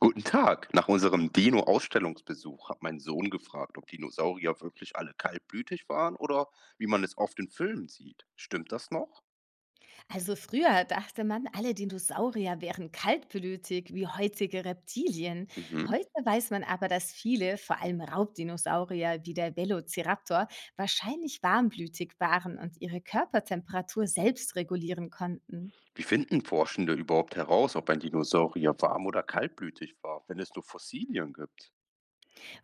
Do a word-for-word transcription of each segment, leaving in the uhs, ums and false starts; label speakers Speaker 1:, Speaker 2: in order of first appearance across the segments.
Speaker 1: Guten Tag. Nach unserem Dino-Ausstellungsbesuch hat mein Sohn gefragt, ob Dinosaurier wirklich alle kaltblütig waren oder wie man es oft in Filmen sieht. Stimmt das noch?
Speaker 2: Also früher dachte man, alle Dinosaurier wären kaltblütig wie heutige Reptilien.
Speaker 1: Mhm.
Speaker 2: Heute weiß man aber, dass viele, vor allem Raubdinosaurier wie der Velociraptor, wahrscheinlich warmblütig waren und ihre Körpertemperatur selbst regulieren konnten.
Speaker 1: Wie finden Forschende überhaupt heraus, ob ein Dinosaurier warm oder kaltblütig war, wenn es nur Fossilien gibt?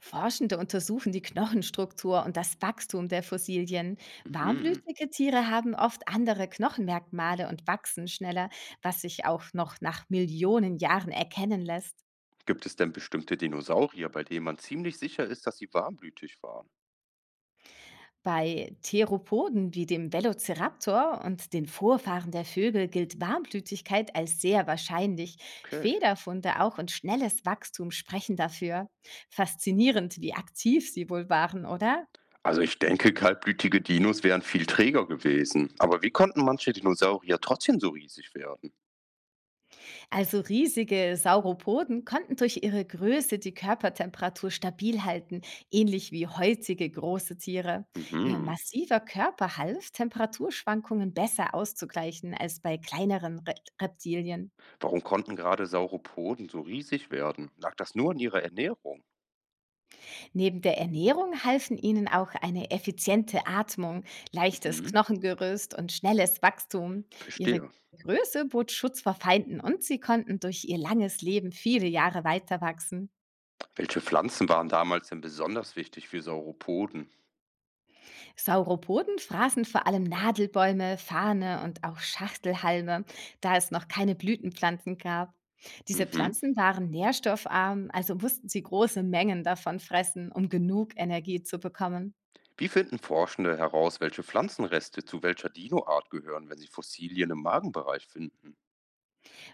Speaker 2: Forschende untersuchen die Knochenstruktur und das Wachstum der Fossilien.
Speaker 1: Mhm.
Speaker 2: Warmblütige Tiere haben oft andere Knochenmerkmale und wachsen schneller, was sich auch noch nach Millionen Jahren erkennen lässt.
Speaker 1: Gibt es denn bestimmte Dinosaurier, bei denen man ziemlich sicher ist, dass sie warmblütig waren?
Speaker 2: Bei Theropoden wie dem Velociraptor und den Vorfahren der Vögel gilt Warmblütigkeit als sehr wahrscheinlich.
Speaker 1: Okay.
Speaker 2: Federfunde auch und schnelles Wachstum sprechen dafür. Faszinierend, wie aktiv sie wohl waren, oder?
Speaker 1: Also ich denke, kaltblütige Dinos wären viel träger gewesen. Aber wie konnten manche Dinosaurier trotzdem so riesig werden?
Speaker 2: Also riesige Sauropoden konnten durch ihre Größe die Körpertemperatur stabil halten, ähnlich wie heutige große Tiere. Ihr
Speaker 1: Mhm.
Speaker 2: massiver Körper half, Temperaturschwankungen besser auszugleichen als bei kleineren Re Reptilien.
Speaker 1: Warum konnten gerade Sauropoden so riesig werden? Lag das nur an ihrer Ernährung?
Speaker 2: Neben der Ernährung halfen ihnen auch eine effiziente Atmung, leichtes
Speaker 1: Mhm,
Speaker 2: Knochengerüst und schnelles Wachstum. Ihre
Speaker 1: verstehe.
Speaker 2: Größe bot Schutz vor Feinden, und sie konnten durch ihr langes Leben viele Jahre weiter wachsen.
Speaker 1: Welche Pflanzen waren damals denn besonders wichtig für Sauropoden?
Speaker 2: Sauropoden fraßen vor allem Nadelbäume, Farne und auch Schachtelhalme, da es noch keine Blütenpflanzen gab. Diese
Speaker 1: Mhm.
Speaker 2: Pflanzen waren nährstoffarm, also mussten sie große Mengen davon fressen, um genug Energie zu bekommen.
Speaker 1: Wie finden Forschende heraus, welche Pflanzenreste zu welcher Dinoart gehören, wenn sie Fossilien im Magenbereich finden?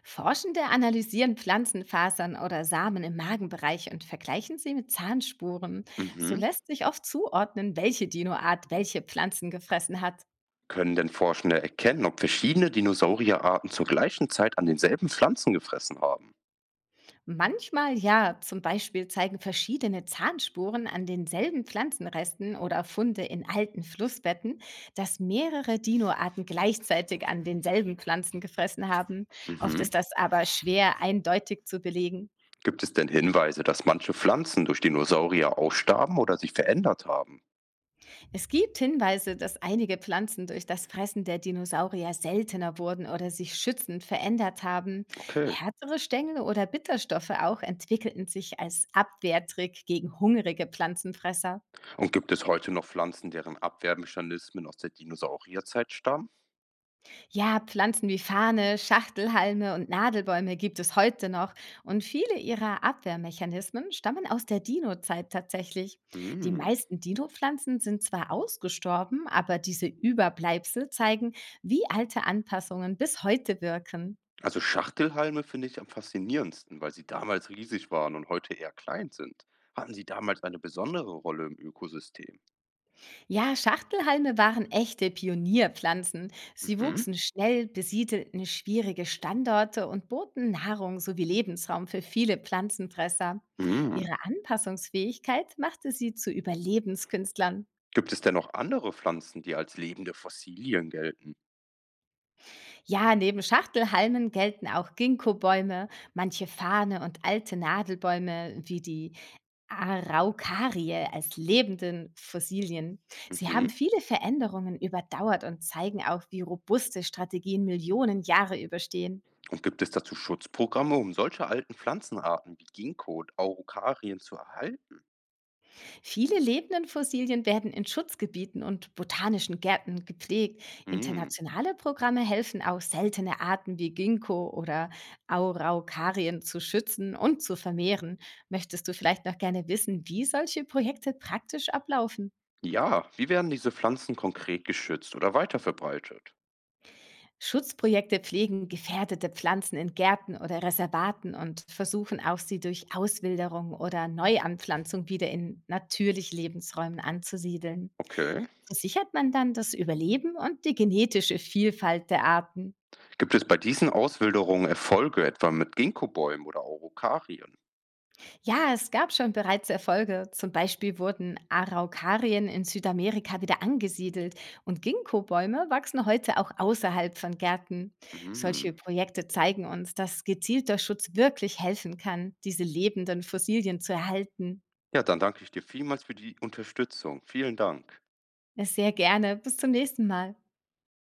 Speaker 2: Forschende analysieren Pflanzenfasern oder Samen im Magenbereich und vergleichen sie mit Zahnspuren. So
Speaker 1: Mhm.
Speaker 2: lässt sich oft zuordnen, welche Dinoart welche Pflanzen gefressen hat.
Speaker 1: Können denn Forschende erkennen, ob verschiedene Dinosaurierarten zur gleichen Zeit an denselben Pflanzen gefressen haben?
Speaker 2: Manchmal ja, zum Beispiel zeigen verschiedene Zahnspuren an denselben Pflanzenresten oder Funde in alten Flussbetten, dass mehrere Dinoarten gleichzeitig an denselben Pflanzen gefressen haben. Oft
Speaker 1: Mhm.
Speaker 2: ist das aber schwer eindeutig zu belegen.
Speaker 1: Gibt es denn Hinweise, dass manche Pflanzen durch Dinosaurier ausstarben oder sich verändert haben?
Speaker 2: Es gibt Hinweise, dass einige Pflanzen durch das Fressen der Dinosaurier seltener wurden oder sich schützend verändert haben.
Speaker 1: Okay.
Speaker 2: Härtere Stängel oder Bitterstoffe auch entwickelten sich als Abwehrtrick gegen hungrige Pflanzenfresser.
Speaker 1: Und gibt es heute noch Pflanzen, deren Abwehrmechanismen aus der Dinosaurierzeit stammen?
Speaker 2: Ja, Pflanzen wie Fahne, Schachtelhalme und Nadelbäume gibt es heute noch, und viele ihrer Abwehrmechanismen stammen aus der Dino-Zeit tatsächlich. Die
Speaker 1: Mm.
Speaker 2: meisten Dino-Pflanzen sind zwar ausgestorben, aber diese Überbleibsel zeigen, wie alte Anpassungen bis heute wirken.
Speaker 1: Also Schachtelhalme finde ich am faszinierendsten, weil sie damals riesig waren und heute eher klein sind. Hatten sie damals eine besondere Rolle im Ökosystem?
Speaker 2: Ja, Schachtelhalme waren echte Pionierpflanzen. Sie
Speaker 1: Mhm.
Speaker 2: wuchsen schnell, besiedelten schwierige Standorte und boten Nahrung sowie Lebensraum für viele Pflanzenfresser.
Speaker 1: Mm.
Speaker 2: Ihre Anpassungsfähigkeit machte sie zu Überlebenskünstlern.
Speaker 1: Gibt es denn noch andere Pflanzen, die als lebende Fossilien gelten?
Speaker 2: Ja, neben Schachtelhalmen gelten auch Ginkgo-Bäume, manche Fahne und alte Nadelbäume wie die Araucarie als lebenden Fossilien. Sie haben
Speaker 1: Mhm.
Speaker 2: viele Veränderungen überdauert und zeigen auch, wie robuste Strategien Millionen Jahre überstehen.
Speaker 1: Und gibt es dazu Schutzprogramme, um solche alten Pflanzenarten wie Ginkgo und Araucarien zu erhalten?
Speaker 2: Viele lebenden Fossilien werden in Schutzgebieten und botanischen Gärten gepflegt.
Speaker 1: Mm.
Speaker 2: Internationale Programme helfen auch seltene Arten wie Ginkgo oder Araucarien zu schützen und zu vermehren. Möchtest du vielleicht noch gerne wissen, wie solche Projekte praktisch ablaufen?
Speaker 1: Ja, wie werden diese Pflanzen konkret geschützt oder weiterverbreitet?
Speaker 2: Schutzprojekte pflegen gefährdete Pflanzen in Gärten oder Reservaten und versuchen auch, sie durch Auswilderung oder Neuanpflanzung wieder in natürlich Lebensräumen anzusiedeln.
Speaker 1: Okay.
Speaker 2: So sichert man dann das Überleben und die genetische Vielfalt der Arten.
Speaker 1: Gibt es bei diesen Auswilderungen Erfolge, etwa mit Ginkgobäumen oder Araukarien?
Speaker 2: Ja, es gab schon bereits Erfolge. Zum Beispiel wurden Araukarien in Südamerika wieder angesiedelt und Ginkgo-Bäume wachsen heute auch außerhalb von Gärten. Solche
Speaker 1: Mhm.
Speaker 2: Projekte zeigen uns, dass gezielter Schutz wirklich helfen kann, diese lebenden Fossilien zu erhalten.
Speaker 1: Ja, dann danke ich dir vielmals für die Unterstützung. Vielen Dank.
Speaker 2: Sehr gerne. Bis zum nächsten Mal.